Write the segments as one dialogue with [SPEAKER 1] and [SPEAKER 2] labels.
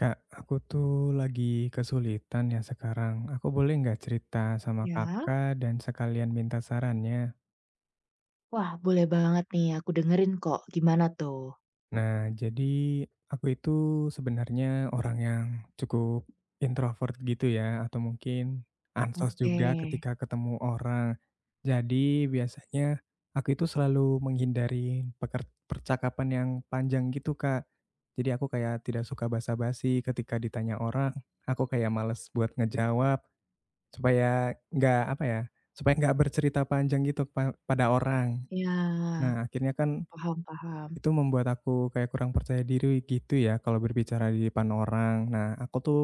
[SPEAKER 1] Kak, aku tuh lagi kesulitan ya sekarang. Aku boleh nggak cerita sama
[SPEAKER 2] Ya,
[SPEAKER 1] kakak dan sekalian minta sarannya?
[SPEAKER 2] wah, boleh banget nih, aku dengerin kok. Gimana tuh?
[SPEAKER 1] Nah, jadi aku itu sebenarnya orang yang cukup introvert gitu ya, atau mungkin ansos
[SPEAKER 2] Oke.
[SPEAKER 1] juga ketika ketemu orang. Jadi biasanya aku itu selalu menghindari percakapan yang panjang gitu, Kak. Jadi aku kayak tidak suka basa-basi ketika ditanya orang. Aku kayak males buat ngejawab. Supaya nggak, apa ya, supaya nggak bercerita panjang gitu pada orang.
[SPEAKER 2] Ya.
[SPEAKER 1] Nah, akhirnya kan
[SPEAKER 2] Paham paham.
[SPEAKER 1] itu membuat aku kayak kurang percaya diri gitu ya kalau berbicara di depan orang. Nah, aku tuh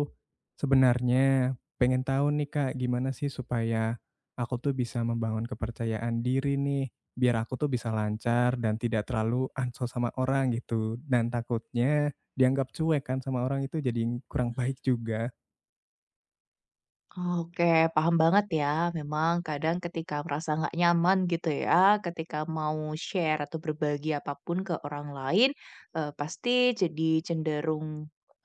[SPEAKER 1] sebenarnya pengen tahu nih, Kak, gimana sih supaya aku tuh bisa membangun kepercayaan diri nih, biar aku tuh bisa lancar dan tidak terlalu ansos sama orang gitu. Dan takutnya dianggap cuek kan sama orang itu jadi kurang baik juga.
[SPEAKER 2] Oke, paham banget ya. Memang kadang ketika merasa nggak nyaman gitu ya, ketika mau share atau berbagi apapun ke orang lain, pasti jadi cenderung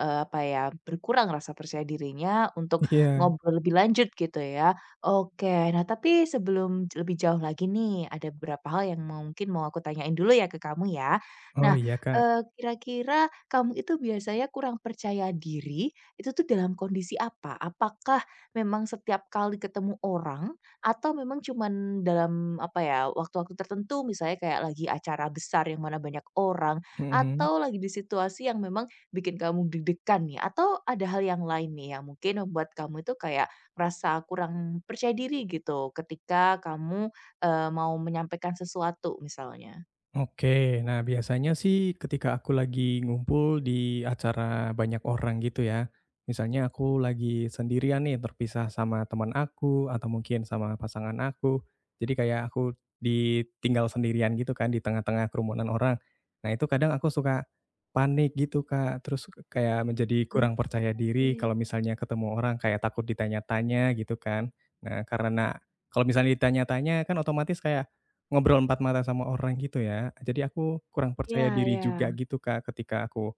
[SPEAKER 2] apa ya, berkurang rasa percaya dirinya untuk
[SPEAKER 1] Iya.
[SPEAKER 2] ngobrol lebih lanjut gitu ya. Oke, nah tapi sebelum lebih jauh lagi nih, ada beberapa hal yang mungkin mau aku tanyain dulu ya ke kamu ya.
[SPEAKER 1] Oh,
[SPEAKER 2] Nah,
[SPEAKER 1] iya, Kak.
[SPEAKER 2] kira-kira kamu itu biasanya kurang percaya diri itu tuh dalam kondisi apa? Apakah memang setiap kali ketemu orang atau memang cuman dalam apa ya, waktu-waktu tertentu misalnya kayak lagi acara besar yang mana banyak orang,
[SPEAKER 1] Mhm.
[SPEAKER 2] atau lagi di situasi yang memang bikin kamu deg-degan nih? Atau ada hal yang lain nih yang mungkin membuat kamu itu kayak merasa kurang percaya diri gitu ketika kamu, mau menyampaikan sesuatu misalnya?
[SPEAKER 1] Oke, nah biasanya sih ketika aku lagi ngumpul di acara banyak orang gitu ya. Misalnya aku lagi sendirian nih, terpisah sama teman aku atau mungkin sama pasangan aku. Jadi kayak aku ditinggal sendirian gitu kan di tengah-tengah kerumunan orang. Nah, itu kadang aku suka panik gitu, Kak. Terus kayak menjadi
[SPEAKER 2] Mmm,
[SPEAKER 1] kurang percaya diri
[SPEAKER 2] oke.
[SPEAKER 1] kalau misalnya ketemu orang kayak takut ditanya-tanya gitu kan. Nah, karena kalau misalnya ditanya-tanya kan otomatis kayak ngobrol empat mata sama orang gitu ya. Jadi aku kurang
[SPEAKER 2] Iya
[SPEAKER 1] percaya diri
[SPEAKER 2] iya.
[SPEAKER 1] juga gitu, Kak, ketika aku,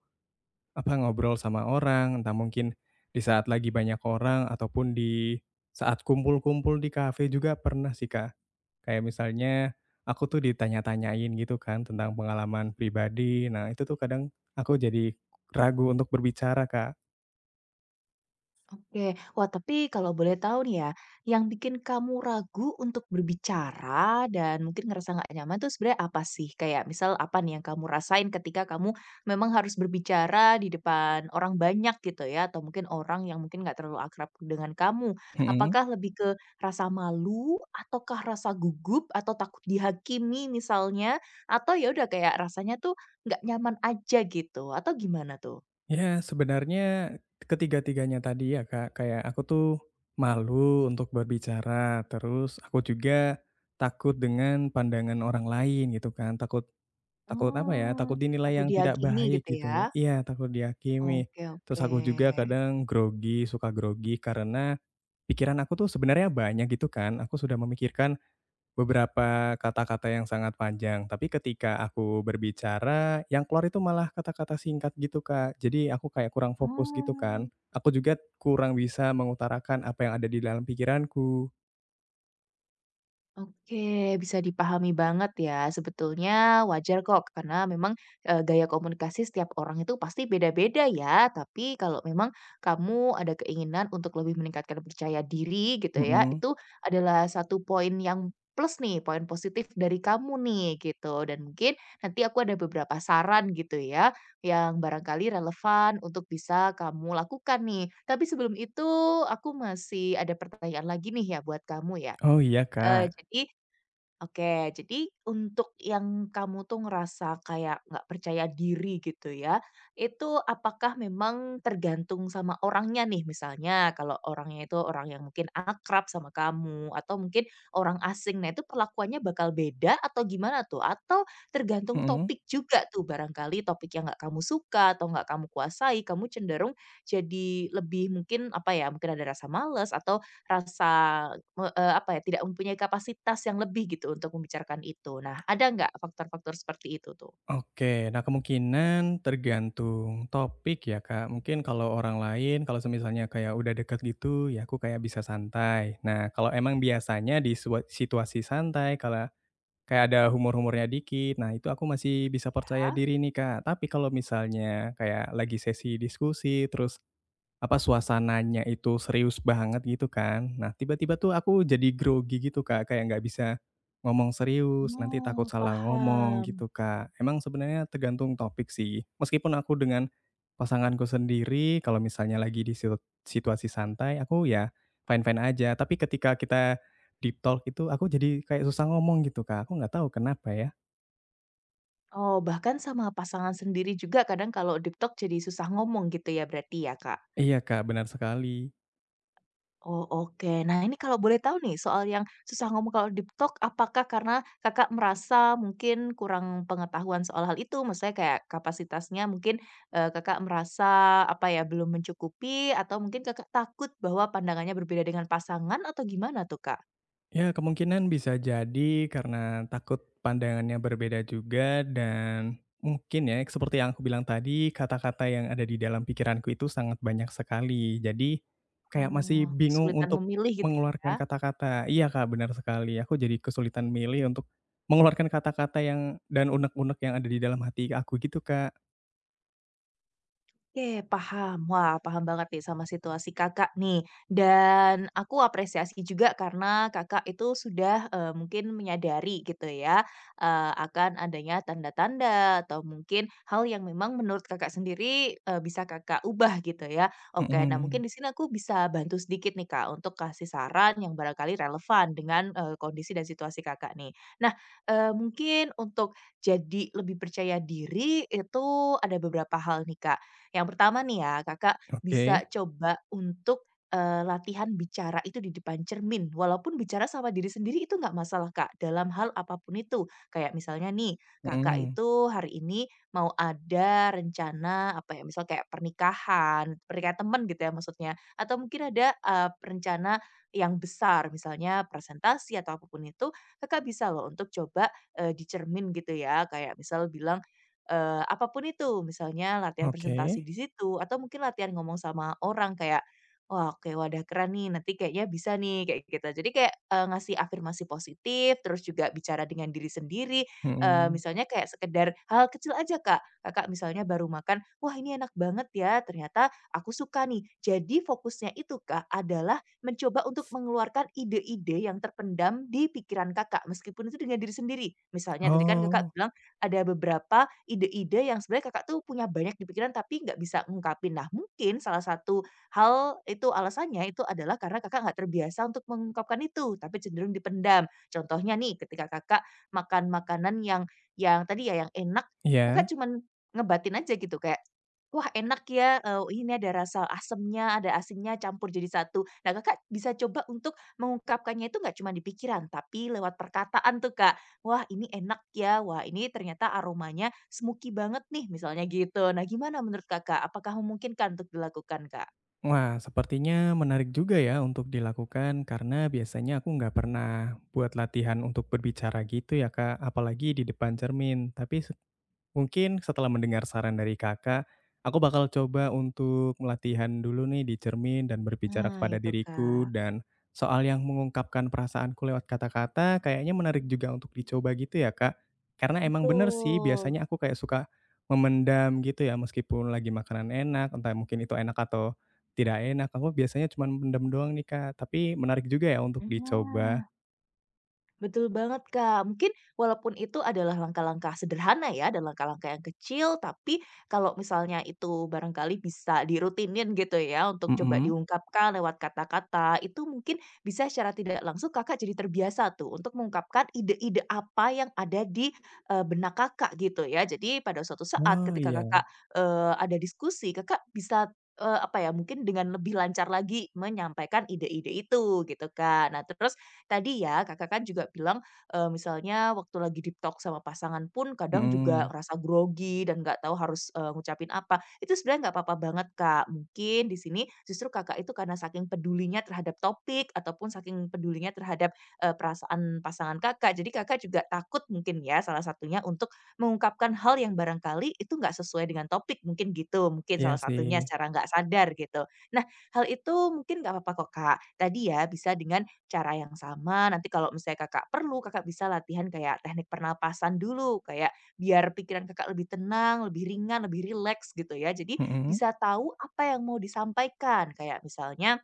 [SPEAKER 1] apa, ngobrol sama orang, entah mungkin di saat lagi banyak orang ataupun di saat kumpul-kumpul di kafe juga pernah sih, Kak. Kayak misalnya aku tuh ditanya-tanyain gitu kan tentang pengalaman pribadi. Nah, itu tuh kadang aku jadi ragu untuk berbicara, Kak.
[SPEAKER 2] Oke. Wah, tapi kalau boleh tahu nih ya, yang bikin kamu ragu untuk berbicara dan mungkin ngerasa nggak nyaman tuh sebenarnya apa sih? Kayak misal apa nih yang kamu rasain ketika kamu memang harus berbicara di depan orang banyak gitu ya, atau mungkin orang yang mungkin nggak terlalu akrab dengan kamu.
[SPEAKER 1] Mhm.
[SPEAKER 2] Apakah lebih ke rasa malu, ataukah rasa gugup, atau takut dihakimi misalnya, atau ya udah kayak rasanya tuh nggak nyaman aja gitu, atau gimana tuh?
[SPEAKER 1] Ya, sebenarnya ketiga-tiganya tadi ya, Kak. Kayak aku tuh malu untuk berbicara, terus aku juga takut dengan pandangan orang lain gitu kan. Takut takut apa ya,
[SPEAKER 2] Oh,
[SPEAKER 1] takut
[SPEAKER 2] aku
[SPEAKER 1] dinilai yang tidak
[SPEAKER 2] dihakimi
[SPEAKER 1] baik
[SPEAKER 2] gitu ya?
[SPEAKER 1] gitu. Iya, takut dihakimi.
[SPEAKER 2] Oke,
[SPEAKER 1] Terus
[SPEAKER 2] oke.
[SPEAKER 1] aku juga kadang grogi, suka grogi karena pikiran aku tuh sebenarnya banyak gitu kan. Aku sudah memikirkan Beberapa kata-kata yang sangat panjang, tapi ketika aku berbicara, yang keluar itu malah kata-kata singkat gitu, Kak. Jadi aku kayak kurang fokus gitu
[SPEAKER 2] Oh.
[SPEAKER 1] kan. Aku juga kurang bisa mengutarakan apa yang ada di dalam pikiranku.
[SPEAKER 2] Oke, bisa dipahami banget ya. Sebetulnya wajar kok karena memang, gaya komunikasi setiap orang itu pasti beda-beda ya. Tapi kalau memang kamu ada keinginan untuk lebih meningkatkan percaya diri gitu ya,
[SPEAKER 1] Mhm.
[SPEAKER 2] itu adalah satu poin yang plus nih, poin positif dari kamu nih gitu. Dan mungkin nanti aku ada beberapa saran gitu ya, yang barangkali relevan untuk bisa kamu lakukan nih. Tapi sebelum itu aku masih ada pertanyaan lagi nih ya buat kamu ya.
[SPEAKER 1] Oh iya,
[SPEAKER 2] Eee,
[SPEAKER 1] Kak.
[SPEAKER 2] jadi Oke, jadi untuk yang kamu tuh ngerasa kayak nggak percaya diri gitu ya, itu apakah memang tergantung sama orangnya nih misalnya kalau orangnya itu orang yang mungkin akrab sama kamu atau mungkin orang asing, nah itu perlakuannya bakal beda atau gimana tuh? Atau tergantung
[SPEAKER 1] Mhm.
[SPEAKER 2] topik juga tuh barangkali topik yang nggak kamu suka atau nggak kamu kuasai, kamu cenderung jadi lebih mungkin apa ya, mungkin ada rasa males atau rasa apa ya, tidak mempunyai kapasitas yang lebih gitu untuk membicarakan itu. Nah, ada nggak faktor-faktor seperti itu tuh?
[SPEAKER 1] Oke, nah kemungkinan tergantung topik ya, Kak. Mungkin kalau orang lain, kalau misalnya kayak udah deket gitu, ya aku kayak bisa santai. Nah, kalau emang biasanya di situasi santai, kalau kayak ada humor-humornya dikit. Nah, itu aku masih bisa percaya
[SPEAKER 2] Ah.
[SPEAKER 1] diri nih, Kak. Tapi kalau misalnya kayak lagi sesi diskusi, terus apa, suasananya itu serius banget gitu kan. Nah, tiba-tiba tuh aku jadi grogi gitu, Kak, kayak nggak bisa ngomong serius, nanti takut
[SPEAKER 2] Oh,
[SPEAKER 1] salah ngomong
[SPEAKER 2] paham.
[SPEAKER 1] gitu, Kak. Emang sebenarnya tergantung topik sih. Meskipun aku dengan pasanganku sendiri kalau misalnya lagi di situasi santai, aku ya fine-fine aja, tapi ketika kita deep talk itu aku jadi kayak susah ngomong gitu, Kak, aku nggak tahu kenapa ya.
[SPEAKER 2] Oh, bahkan sama pasangan sendiri juga kadang kalau deep talk jadi susah ngomong gitu ya berarti ya, Kak?
[SPEAKER 1] Iya, Kak, benar sekali.
[SPEAKER 2] Oh, oke. Nah, ini kalau boleh tahu nih, soal yang susah ngomong kalau deep talk, apakah karena Kakak merasa mungkin kurang pengetahuan soal hal itu? Maksudnya kayak kapasitasnya mungkin, Kakak merasa, apa ya, belum mencukupi atau mungkin Kakak takut bahwa pandangannya berbeda dengan pasangan atau gimana tuh, Kak?
[SPEAKER 1] Ya, kemungkinan bisa jadi karena takut pandangannya berbeda juga dan mungkin ya seperti yang aku bilang tadi, kata-kata yang ada di dalam pikiranku itu sangat banyak sekali. Jadi kayak masih
[SPEAKER 2] Oh,
[SPEAKER 1] bingung
[SPEAKER 2] kesulitan
[SPEAKER 1] untuk
[SPEAKER 2] memilih gitu
[SPEAKER 1] mengeluarkan
[SPEAKER 2] ya?
[SPEAKER 1] kata-kata. Iya, Kak, benar sekali. Aku jadi kesulitan milih untuk mengeluarkan kata-kata yang dan unek-unek yang ada di dalam hati aku gitu, Kak.
[SPEAKER 2] Oke, paham. Wah, paham banget nih sama situasi Kakak nih. Dan aku apresiasi juga karena Kakak itu sudah, mungkin menyadari gitu ya, akan adanya tanda-tanda atau mungkin hal yang memang menurut Kakak sendiri, bisa Kakak ubah gitu ya. Oke, nah
[SPEAKER 1] Mhm.
[SPEAKER 2] mungkin di sini aku bisa bantu sedikit nih, Kak, untuk kasih saran yang barangkali relevan dengan, kondisi dan situasi Kakak nih. Nah, mungkin untuk jadi lebih percaya diri itu ada beberapa hal nih, Kak. Yang pertama nih ya, Kakak bisa
[SPEAKER 1] Oke.
[SPEAKER 2] coba untuk, latihan bicara itu di depan cermin, walaupun bicara sama diri sendiri itu nggak masalah, Kak, dalam hal apapun itu. Kayak misalnya nih, Kakak
[SPEAKER 1] Mhm.
[SPEAKER 2] itu hari ini mau ada rencana, apa ya, misal kayak pernikahan, pernikahan temen gitu ya maksudnya, atau mungkin ada, rencana yang besar, misalnya presentasi atau apapun itu, Kakak bisa loh untuk coba, di cermin gitu ya, kayak misal bilang, apa itu, misalnya latihan
[SPEAKER 1] Oke.
[SPEAKER 2] presentasi di situ atau mungkin latihan ngomong sama orang kayak, "Wah, oke, wadah keren nih, nanti kayaknya bisa nih," kayak gitu. Jadi kayak, ngasih afirmasi positif, terus juga bicara dengan diri sendiri,
[SPEAKER 1] Mhm.
[SPEAKER 2] misalnya kayak sekedar hal kecil aja, Kak. Kakak misalnya baru makan, "Wah, ini enak banget ya, ternyata aku suka nih." Jadi fokusnya itu, Kak, adalah mencoba untuk mengeluarkan ide-ide yang terpendam di pikiran Kakak, meskipun itu dengan diri sendiri. Misalnya tadi kan Kakak
[SPEAKER 1] Oh,
[SPEAKER 2] bilang ada beberapa ide-ide yang sebenarnya Kakak tuh punya banyak di pikiran tapi nggak bisa ngungkapin. Nah, mungkin salah satu hal itu alasannya itu adalah karena Kakak nggak terbiasa untuk mengungkapkan itu, tapi cenderung dipendam. Contohnya nih, ketika Kakak makan makanan yang tadi ya, yang enak,
[SPEAKER 1] iya.
[SPEAKER 2] Kakak cuman ngebatin aja gitu kayak, "Wah enak ya, ini ada rasa asemnya, ada asinnya campur jadi satu." Nah, Kakak bisa coba untuk mengungkapkannya itu nggak cuma di pikiran, tapi lewat perkataan tuh, Kak. "Wah ini enak ya, wah ini ternyata aromanya smoky banget nih," misalnya gitu. Nah, gimana menurut Kakak, apakah memungkinkan untuk dilakukan, Kak?
[SPEAKER 1] Wah, sepertinya menarik juga ya untuk dilakukan karena biasanya aku nggak pernah buat latihan untuk berbicara gitu ya Kak, apalagi di depan cermin. Mungkin setelah mendengar saran dari Kakak, aku bakal coba untuk latihan dulu nih di cermin dan berbicara
[SPEAKER 2] Nah
[SPEAKER 1] kepada
[SPEAKER 2] itu,
[SPEAKER 1] diriku
[SPEAKER 2] Kak.
[SPEAKER 1] dan soal yang mengungkapkan perasaanku lewat kata-kata kayaknya menarik juga untuk dicoba gitu ya, Kak. Karena emang bener sih
[SPEAKER 2] Betul.
[SPEAKER 1] biasanya aku kayak suka memendam gitu ya meskipun lagi makanan enak, entah mungkin itu enak atau tidak enak, aku biasanya cuma mendem doang nih, Kak. Tapi menarik juga ya untuk dicoba.
[SPEAKER 2] Nah. Betul banget, Kak. Mungkin walaupun itu adalah langkah-langkah sederhana ya dan langkah-langkah yang kecil, tapi kalau misalnya itu barangkali bisa dirutinin gitu ya untuk coba
[SPEAKER 1] Mhm.
[SPEAKER 2] diungkapkan lewat kata-kata, itu mungkin bisa secara tidak langsung Kakak jadi terbiasa tuh untuk mengungkapkan ide-ide apa yang ada di, benak Kakak gitu ya. Jadi pada suatu saat
[SPEAKER 1] Oh,
[SPEAKER 2] ketika Kakak,
[SPEAKER 1] iya.
[SPEAKER 2] ada diskusi, Kakak bisa, apa ya, mungkin dengan lebih lancar lagi menyampaikan ide-ide itu gitu, kan. Nah, terus tadi ya Kakak kan juga bilang, misalnya waktu lagi deep talk sama pasangan pun kadang juga
[SPEAKER 1] Mhm.
[SPEAKER 2] rasa grogi dan nggak tahu harus, ngucapin apa. Itu sebenarnya nggak apa-apa banget, Kak. Mungkin di sini justru Kakak itu karena saking pedulinya terhadap topik ataupun saking pedulinya terhadap, perasaan pasangan Kakak, jadi Kakak juga takut mungkin ya salah satunya untuk mengungkapkan hal yang barangkali itu nggak sesuai dengan topik mungkin gitu, mungkin
[SPEAKER 1] Iya
[SPEAKER 2] salah satunya
[SPEAKER 1] sih.
[SPEAKER 2] secara nggak sadar gitu. Nah, hal itu mungkin nggak apa-apa kok, Kak. Tadi ya bisa dengan cara yang sama. Nanti kalau misalnya Kakak perlu, Kakak bisa latihan kayak teknik pernapasan dulu, kayak biar pikiran Kakak lebih tenang, lebih ringan, lebih rileks gitu ya. Jadi
[SPEAKER 1] Mhm,
[SPEAKER 2] bisa tahu apa yang mau disampaikan, kayak misalnya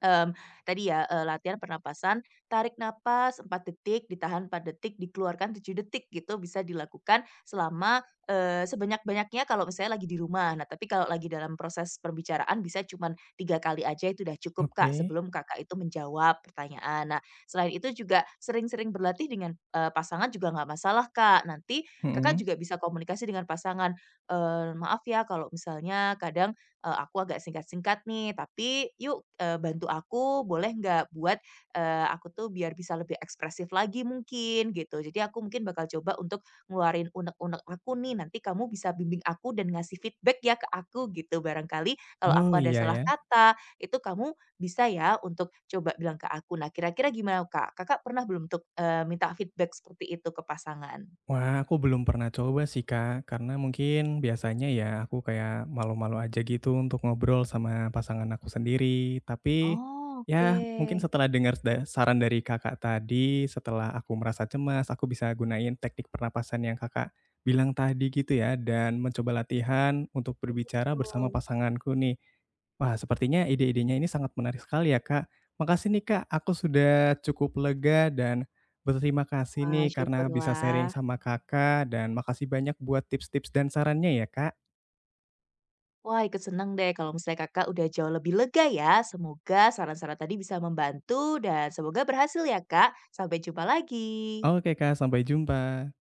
[SPEAKER 2] Mmm, tadi ya, latihan pernapasan, tarik napas 4 detik, ditahan 4 detik, dikeluarkan 7 detik gitu, bisa dilakukan selama, sebanyak-banyaknya kalau misalnya lagi di rumah. Nah, tapi kalau lagi dalam proses perbicaraan bisa cuman 3 kali aja itu udah cukup, Kak,
[SPEAKER 1] oke.
[SPEAKER 2] sebelum Kakak itu menjawab pertanyaan. Nah, selain itu juga sering-sering berlatih dengan, pasangan juga nggak masalah, Kak. Nanti Kakak
[SPEAKER 1] Mhm.
[SPEAKER 2] juga bisa komunikasi dengan pasangan, "Maaf ya kalau misalnya kadang "Aku agak singkat-singkat nih, tapi yuk, bantu aku boleh nggak buat, aku tuh biar bisa lebih ekspresif lagi mungkin," gitu. Jadi aku mungkin bakal coba untuk ngeluarin unek-unek aku nih, nanti kamu bisa bimbing aku dan ngasih feedback ya ke aku gitu. Barangkali kalau aku
[SPEAKER 1] Oh,
[SPEAKER 2] ada
[SPEAKER 1] iya
[SPEAKER 2] salah
[SPEAKER 1] ya.
[SPEAKER 2] kata, itu kamu bisa ya untuk coba bilang ke aku. Nah, kira-kira gimana, Kak? Kakak pernah belum untuk, minta feedback seperti itu ke pasangan?
[SPEAKER 1] Wah, aku belum pernah coba sih, Kak, karena mungkin biasanya ya aku kayak malu-malu aja gitu untuk ngobrol sama pasangan aku sendiri. Tapi,
[SPEAKER 2] Oh,
[SPEAKER 1] ya mungkin
[SPEAKER 2] oke.
[SPEAKER 1] setelah dengar saran dari Kakak tadi, setelah aku merasa cemas, aku bisa gunain teknik pernapasan yang Kakak bilang tadi gitu ya, dan mencoba latihan untuk berbicara bersama
[SPEAKER 2] Betul.
[SPEAKER 1] pasanganku nih. Wah, sepertinya ide-idenya ini sangat menarik sekali ya, Kak. Makasih nih, Kak, aku sudah cukup lega dan berterima kasih
[SPEAKER 2] Wah,
[SPEAKER 1] nih karena bisa sharing
[SPEAKER 2] syukurlah.
[SPEAKER 1] sama Kakak dan makasih banyak buat tips-tips dan sarannya ya, Kak.
[SPEAKER 2] Wah, ikut senang deh kalau misalnya Kakak udah jauh lebih lega ya. Semoga saran-saran tadi bisa membantu dan semoga berhasil ya, Kak. Sampai jumpa lagi.
[SPEAKER 1] Oke, Kak, sampai jumpa.